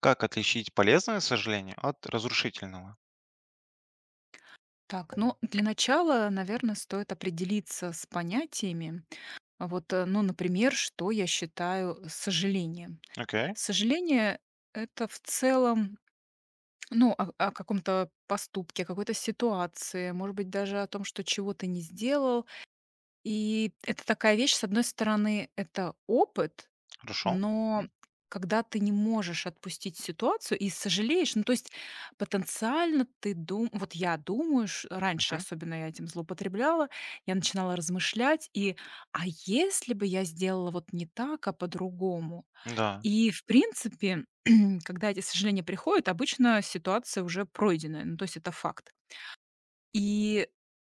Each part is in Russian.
Как отличить полезное сожаление от разрушительного? Так, ну, для начала, наверное, стоит определиться с понятиями. А Вот, э, ну, что я считаю сожалением. Окей, Сожаление — это в целом, о каком-то поступке, о какой-то ситуации, может быть, даже о том, что чего-то не сделал. И это такая вещь, с одной стороны, это опыт, хорошо. но М, когда ты не можешь отпустить ситуацию и сожалеешь, ну, то есть потенциально ты дум вот я думаю, ш раньше мгм. особенно я этим злоупотребляла, я начинала размышлять: и: «А если бы я сделала вот не так, а по-другому?» Да, И, в принципе, когда эти сожаления приходят, обычно ситуация уже пройденная, ну, то есть это факт. И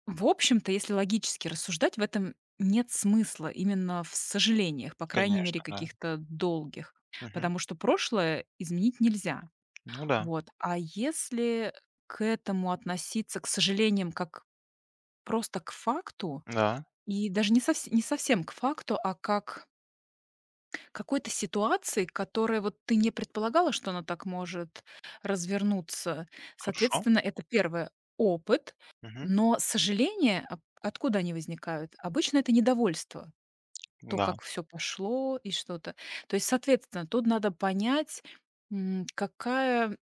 в общем-то, если логически рассуждать, в этом нет смысла именно в сожалениях, по крайней мере, конечно, да. каких-то долгих, Мгм. потому что прошлое изменить нельзя. Ну да, Вот. А если к этому относиться, к сожалениям, как просто к факту, да, и даже не, не совсем к факту, а как какой-то ситуации, которая вот ты не предполагала, что она так может развернуться. хорошо. Соответственно, это один опыт, Мгм. но сожаления, откуда они возникают? Обычно это недовольство, то, Да, как все пошло и что-то. То есть, соответственно, тут надо понять, какая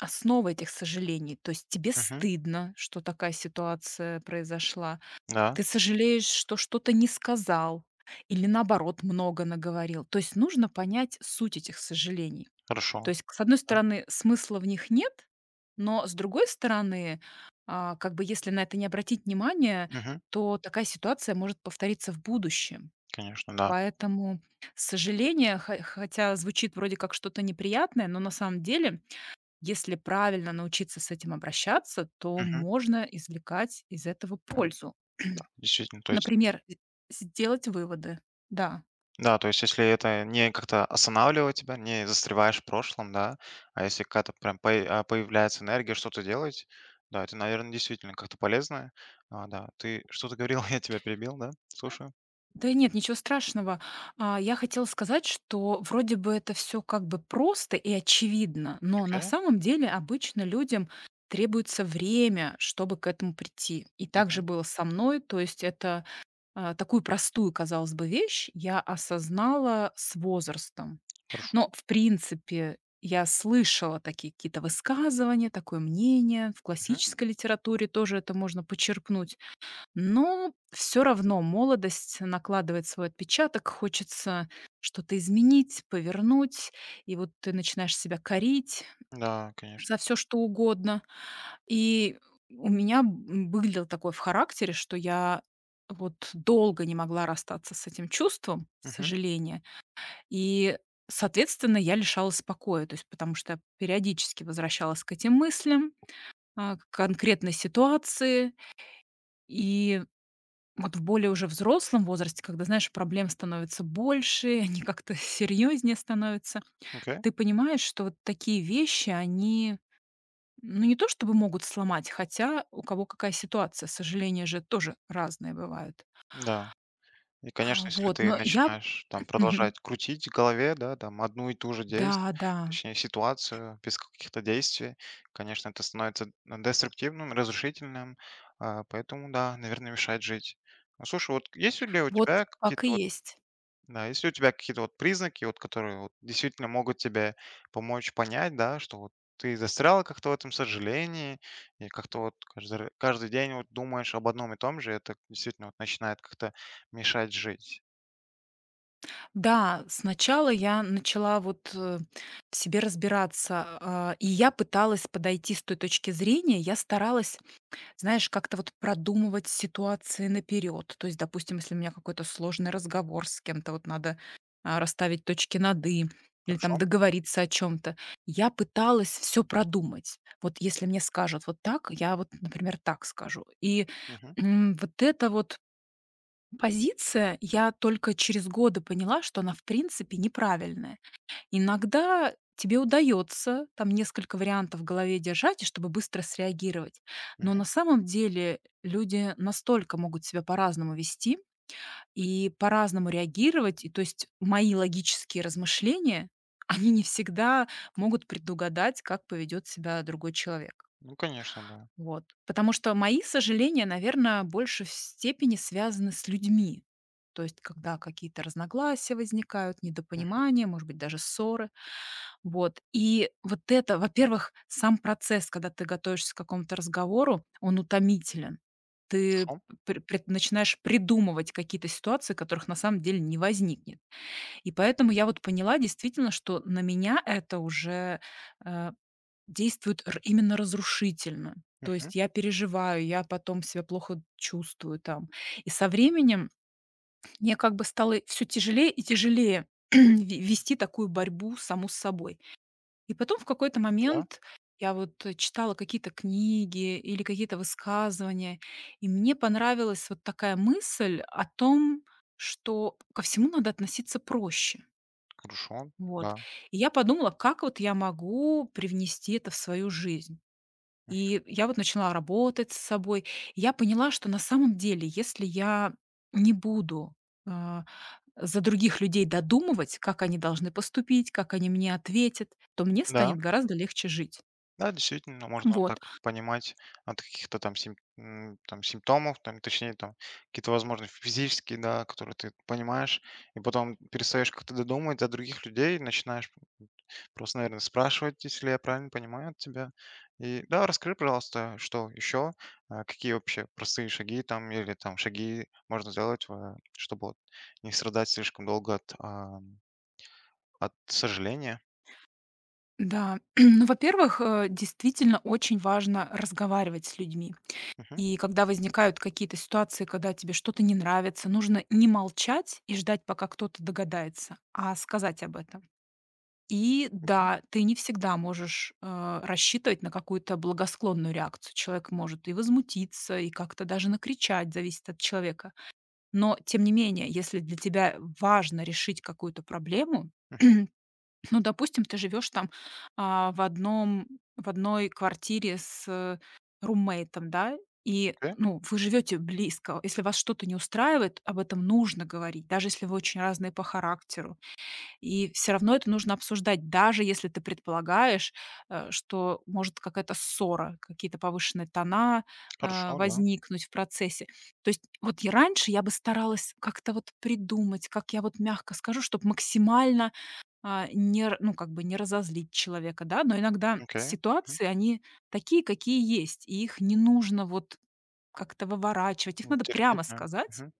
основа этих сожалений. То есть тебе мгм. стыдно, что такая ситуация произошла, Да, ты сожалеешь, что что-то не сказал или, наоборот, много наговорил. То есть нужно понять суть этих сожалений. То хорошо. есть, к с одной Да. стороны, смысла в них нет, но, с другой стороны, как бы если на это не обратить внимание, Мгм. то такая ситуация может повториться в будущем. Конечно, да. Поэтому сожаление, хо хотя звучит вроде как что-то неприятное, но на самом деле, если правильно научиться с этим обращаться, то Мгм. можно извлекать из этого пользу. Действительно, то есть Например, з сделать выводы. Да. да, то есть если это не как-то останавливает тебя, не застреваешь в прошлом, да, а если какая-то прям появляется энергия что-то делать, да, это, наверное, действительно как-то полезное. Да, ты что-то говорил, я тебя перебил, да? Слушаю. Да нет, ничего страшного. Я хотела сказать, что вроде бы это все как бы просто и очевидно, но на Окей. самом деле обычно людям требуется время, чтобы к этому прийти. И так же было со мной. То есть это, такую простую, казалось бы, вещь я осознала с возрастом. Хорошо. Но, в принципе, я слышала такие какие-то высказывания, такое мнение. В Мгм. классической литературе тоже это можно почерпнуть. Но все равно молодость накладывает свой отпечаток, хочется что-то изменить, повернуть. И вот ты начинаешь себя корить Да, конечно. за все что угодно. И у меня было такое в характере, что я вот долго не могла расстаться с этим чувством Мгм. сожаления. И, соответственно, я лишалась покоя, то есть потому что я периодически возвращалась к этим мыслям, к конкретной ситуации. И вот в более уже взрослом возрасте, когда, знаешь, проблем становится больше, они как-то серьезнее становятся, Окей. ты понимаешь, что вот такие вещи, они, ну, не то чтобы могут сломать, хотя у кого какая ситуация, сожаления же тоже разные бывают. Да. И, конечно, если Вот, ты но я начинаешь там Мгм. продолжать крутить в голове, да, там одну и ту же действие, Да, да, точнее ситуацию без каких-то действий, конечно, это становится деструктивным, разрушительным, поэтому, да, наверное, мешает жить. Ну, слушай, вот есть ли у вот тебя так и какие-то. есть. Да, если у тебя какие-то вот признаки, вот, которые вот действительно могут тебе помочь понять, да, что вот ты застрял как-то в этом сожалении, и как-то вот каждый день вот думаешь об одном и том же, это действительно вот начинает как-то мешать жить. Да, сначала я начала в себе разбираться, и я пыталась подойти с той точки зрения, я старалась, знаешь, как-то вот продумывать ситуации наперед. То есть, допустим, если у меня какой-то сложный разговор с кем-то, вот надо расставить точки над «и» или там Хорошо? договориться о чем-то. Я пыталась все продумать. Вот если мне скажут вот так, я вот, например, так скажу. И Мгм. Вот эта вот позиция, я только через годы поняла, что она в принципе неправильная. Иногда тебе удается там несколько вариантов в голове держать, и чтобы быстро среагировать. Но Мгм. на самом деле люди настолько могут себя по-разному вести и по-разному реагировать. И то есть мои логические размышления, они не всегда могут предугадать, как поведет себя другой человек. Ну, конечно, да. Вот. Потому что мои сожаления, наверное, больше в степени связаны с людьми. То есть когда какие-то разногласия возникают, Мгм. недопонимания, может быть, даже ссоры. Вот. И вот это, во-первых, сам процесс, когда ты готовишься к какому-то разговору, он утомителен. Ты Хорошо. Начинаешь придумывать какие-то ситуации, которых на самом деле не возникнет. И поэтому я вот поняла действительно, что на меня это уже э, действует именно разрушительно. То Мгм. есть я переживаю, я потом себя плохо чувствую там. И со временем мне как бы стало все тяжелее и тяжелее ве- вести такую борьбу саму с собой. И потом в какой-то Да, момент я читала какие-то книги или какие-то высказывания, и мне понравилась вот такая мысль о том, что ко всему надо относиться проще. хорошо, Вот. да. И я подумала, как вот я могу привнести это в свою жизнь. Мгм. И я вот начала работать с собой. И я поняла, что на самом деле, если я не буду, а, за других людей додумывать, как они должны поступить, как они мне ответят, то мне Да. станет гораздо легче жить. Да, действительно, можно вот Вот, так понимать от каких-то там, там симптомов, там, точнее, там какие-то, возможно, физические, да, которые ты понимаешь, и потом перестаешь как-то додумывать о других людей, начинаешь просто, наверное, спрашивать, если я правильно понимаю от тебя. И да, расскажи, пожалуйста, что еще, какие вообще простые шаги там или там шаги можно сделать, чтобы вот не страдать слишком долго от сожаления. да. Ну, во-первых, действительно очень важно разговаривать с людьми. Мгм. И когда возникают какие-то ситуации, когда тебе что-то не нравится, нужно не молчать и ждать, пока кто-то догадается, а сказать об этом. И Окей. да, ты не всегда можешь рассчитывать на какую-то благосклонную реакцию. Человек может и возмутиться, и как-то даже накричать, зависит от человека. Но, тем не менее, если для тебя важно решить какую-то проблему, Мгм. ну, допустим, ты живешь там, а, в одном в одной квартире с, руммейтом, да, и, Окей. ну, вы живете близко. Если вас что-то не устраивает, об этом нужно говорить, даже если вы очень разные по характеру. И все равно это нужно обсуждать, даже если ты предполагаешь, что может какая-то ссора, какие-то повышенные тона, Хорошо, да. возникнуть в процессе. То есть вот и раньше я бы старалась как-то вот придумать, как я вот мягко скажу, чтобы максимально а, не р ну, как бы не разозлить человека, да. Но иногда Окей. ситуации, они такие, какие есть, и их не нужно вот как-то выворачивать. Их Ну, надо терпеть, прямо да. сказать, Мгм.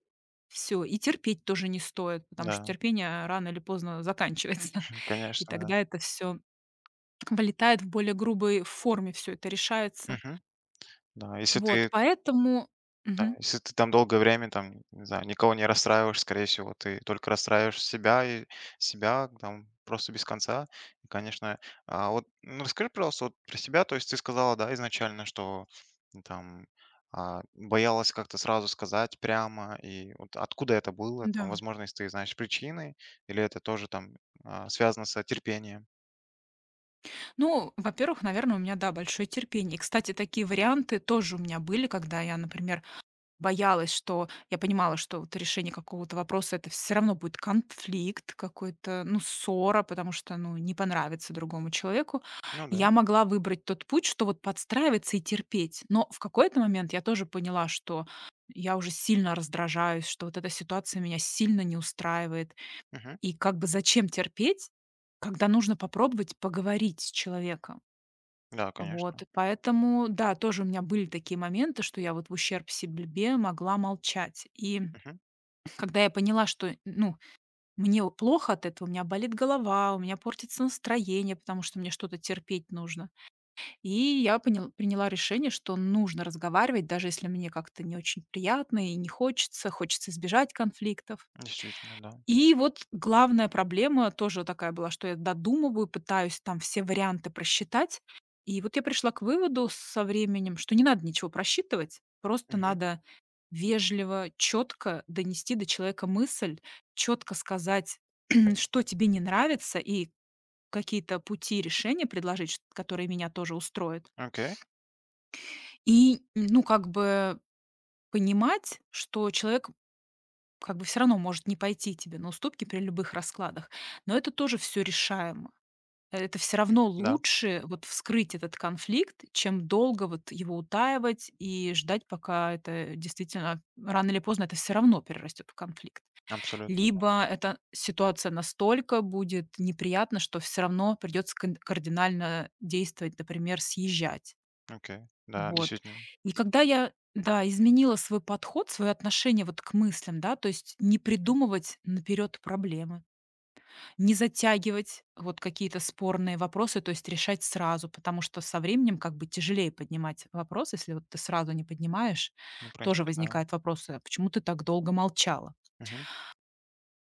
все. И терпеть тоже не стоит, потому что Да, терпение рано или поздно заканчивается. И конечно, да. тогда это все вылетает в более грубой форме, все это решается. Мгм. Да, если Вот, ты, поэтому да, мгм. если ты там долгое время там, не знаю, никого не расстраиваешь, скорее всего, ты только расстраиваешь себя и себя там просто без конца. И, конечно, вот ну, расскажи, пожалуйста, вот про себя. То есть ты сказала, да, изначально, что ну, там боялась как-то сразу сказать прямо. И вот откуда это было? Там, Да. возможно, если ты знаешь причины, или это тоже связано с терпением. Ну, во-первых, наверное, у меня, да, большое терпение. И, кстати, такие варианты тоже у меня были, когда я, например, боялась, что я понимала, что вот решение какого-то вопроса — это все равно будет конфликт какой-то, ну, ссора, потому что, ну, не понравится другому человеку. Ну да. Я могла выбрать тот путь, что вот подстраиваться и терпеть. Но в какой-то момент я тоже поняла, что я уже сильно раздражаюсь, что вот эта ситуация меня сильно не устраивает. Мгм. И как бы зачем терпеть, когда нужно попробовать поговорить с человеком? Да, конечно. Вот, и поэтому, да, тоже у меня были такие моменты, что я вот в ущерб себе могла молчать. И когда я поняла, что, ну, мне плохо от этого, у меня болит голова, у меня портится настроение, потому что мне что-то терпеть нужно. И я приняла решение, что нужно разговаривать, даже если мне как-то не очень приятно и не хочется, хочется избежать конфликтов. Действительно, да. И вот главная проблема тоже такая была, что я додумываю, пытаюсь там все варианты просчитать. И вот я пришла к выводу со временем, что не надо ничего просчитывать, просто Мгм. надо вежливо, четко донести до человека мысль, четко сказать, что тебе не нравится, и какие-то пути решения предложить, которые меня тоже устроят. Окей, И, ну, как бы понимать, что человек как бы все равно может не пойти тебе на уступки при любых раскладах, но это тоже все решаемо. Это все равно да, лучше вот вскрыть этот конфликт, чем долго вот его утаивать и ждать, пока это действительно рано или поздно это все равно перерастет в конфликт. абсолютно. Либо эта ситуация настолько будет неприятна, что все равно придется кардинально действовать, например, съезжать. Окей, да, Вот. действительно. И когда я, да, изменила свой подход, свое отношение вот к мыслям, да, то есть не Мгм. придумывать наперед проблемы, не затягивать вот какие-то спорные вопросы, то есть решать сразу, потому что со временем как бы тяжелее поднимать вопрос, если вот ты сразу не поднимаешь, Ну, в тоже принципе, да. возникают вопросы: «А почему ты так долго молчала?» Мгм.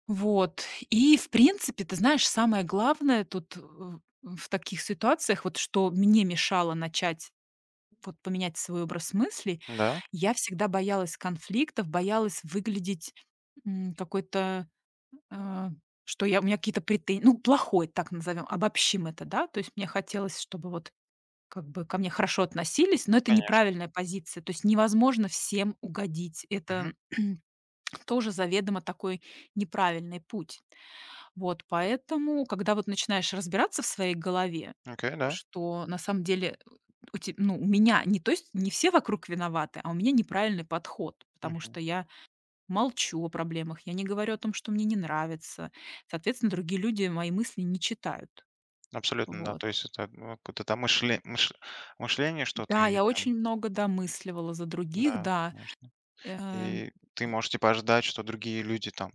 Вот. И, в принципе, ты знаешь, самое главное тут в таких ситуациях, вот что мне мешало начать вот поменять свой образ мыслей. Да, Я всегда боялась конфликтов, боялась выглядеть, какой-то, а, что я у меня какие-то претен ну, плохой, так назовем, обобщим это, да. То есть мне хотелось, чтобы вот как бы ко мне хорошо относились, но это конечно. неправильная позиция. То есть невозможно всем угодить. Мгм. Это тоже заведомо такой неправильный путь. Вот поэтому, когда вот начинаешь разбираться в своей голове, Окей, да. что на самом деле у те ну, у меня не, то есть не все вокруг виноваты, а у меня неправильный подход, потому Мгм. что я молчу о проблемах, я не говорю о том, что мне не нравится. Соответственно, другие люди мои мысли не читают. Абсолютно, да. Вот. То есть это, ну, какое-то там мышление, что Да, ты я там. очень много домысливала за других, Да, да. конечно. Э, И ты и- можешь, типа, ожидать, что другие люди там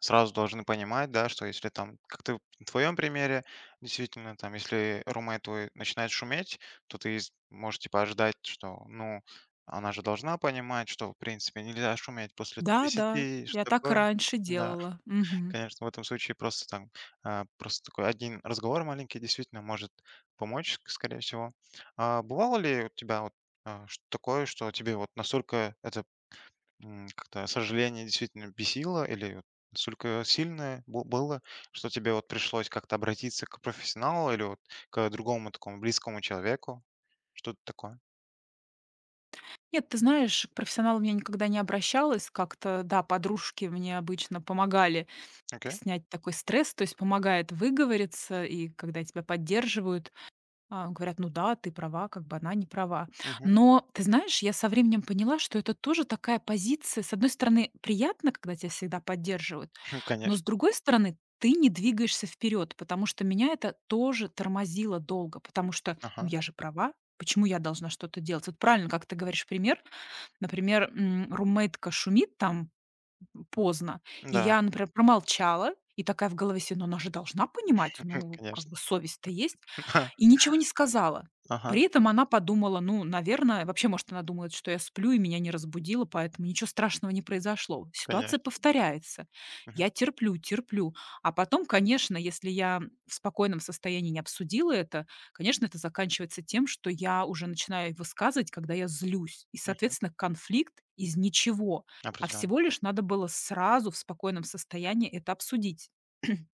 сразу должны понимать, да, что если там, как ты в твоем примере, действительно, там, если румейт твой начинает шуметь, то ты можешь, типа, ожидать, что, ну, она же должна понимать, что, в принципе, нельзя шуметь после там, да, да, 10, что я так такое. раньше Да, делала. Мгм. конечно, в этом случае просто такой один разговор маленький действительно может помочь, скорее всего. А бывало ли у тебя вот такое, что тебе вот настолько это. Как-то сожаление действительно бесило или вот настолько сильное было, что тебе вот пришлось как-то обратиться к профессионалу или вот к другому такому близкому человеку? Что-то такое. Нет, ты знаешь, к профессионалам я никогда не обращалась. Как-то, да, подружки мне обычно помогали Окей. снять такой стресс, то есть помогает выговориться, и когда тебя поддерживают, говорят: «Ну да, ты права, как бы она не права». Мгм. Но ты знаешь, я со временем поняла, что это тоже такая позиция. С одной стороны, приятно, когда тебя всегда поддерживают, но Конечно. с другой стороны, ты не двигаешься вперед, потому что меня это тоже тормозило долго, потому что, ну, Ага. я же права, почему я должна что-то делать? Вот правильно, как ты говоришь пример. Например, румейтка шумит там поздно. И Да, я, например, промолчала и такая в голове себе: «Ну, она же должна понимать, ну, как конечно. бы совесть-то есть». И ничего не сказала. Ага, При этом она подумала, ну, наверное, вообще, может, она думает, что я сплю и меня не разбудила, поэтому ничего страшного не произошло. Ситуация конечно. повторяется. Мгм. Я терплю, терплю. А потом, конечно, если я в спокойном состоянии не обсудила это, конечно, это заканчивается тем, что я уже начинаю высказывать, когда я злюсь. И, Мгм. соответственно, конфликт из ничего. А Определенно. всего лишь надо было сразу в спокойном состоянии это обсудить,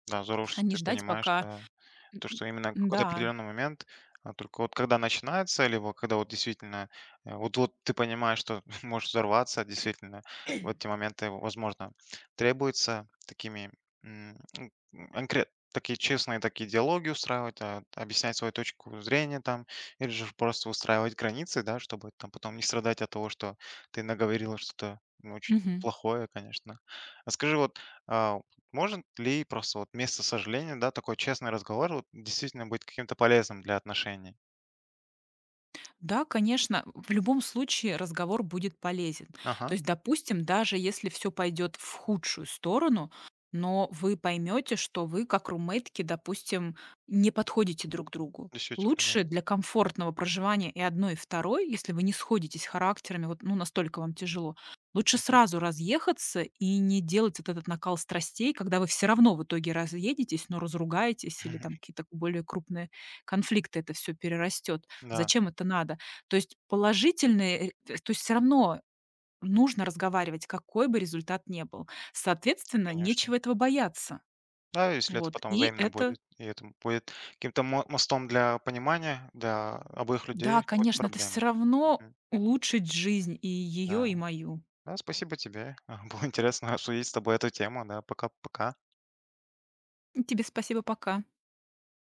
Да, здорово, а что не ты ждать, понимаешь, пока... да. М, То, что именно м, какой-то Да. определенный момент, только вот когда начинается, либо когда вот действительно, вот ты понимаешь, что можешь взорваться, действительно, в эти моменты, возможно, требуется такими, м, м, конкрет такие честные такие диалоги устраивать, объяснять свою точку зрения там, или же просто устраивать границы, да, чтобы там потом не страдать от того, что ты наговорила что-то, ну, очень Мгм. плохое, конечно. А скажи, вот, а, может ли просто вот вместо сожаления, да, такой честный разговор вот действительно быть каким-то полезным для отношений? Да, конечно, в любом случае разговор будет полезен. То Ага, есть, допустим, даже если все пойдет в худшую сторону, но вы поймете, что вы, как румейтки, допустим, не подходите друг другу. действительно, да. Лучше для комфортного проживания и одной, и второй, если вы не сходитесь характерами, вот ну, настолько вам тяжело, лучше Мгм. сразу разъехаться и не делать вот этот накал страстей, когда вы все равно в итоге разъедетесь, но разругаетесь или там какие-то более крупные конфликты это все перерастет. Да, Зачем это надо? То есть положительные, то есть все равно нужно разговаривать, какой бы результат ни был. Соответственно, конечно. нечего этого бояться. Да, если это Вот. потом И взаимно это будет, и это будет каким-то мостом для понимания, для обоих да, людей какой-то конечно, это все проблемы. равно Мгм. улучшит жизнь и ее Да. и мою. Да, спасибо тебе. Было интересно обсудить с тобой эту тему. Да, пока-пока. Тебе спасибо, пока.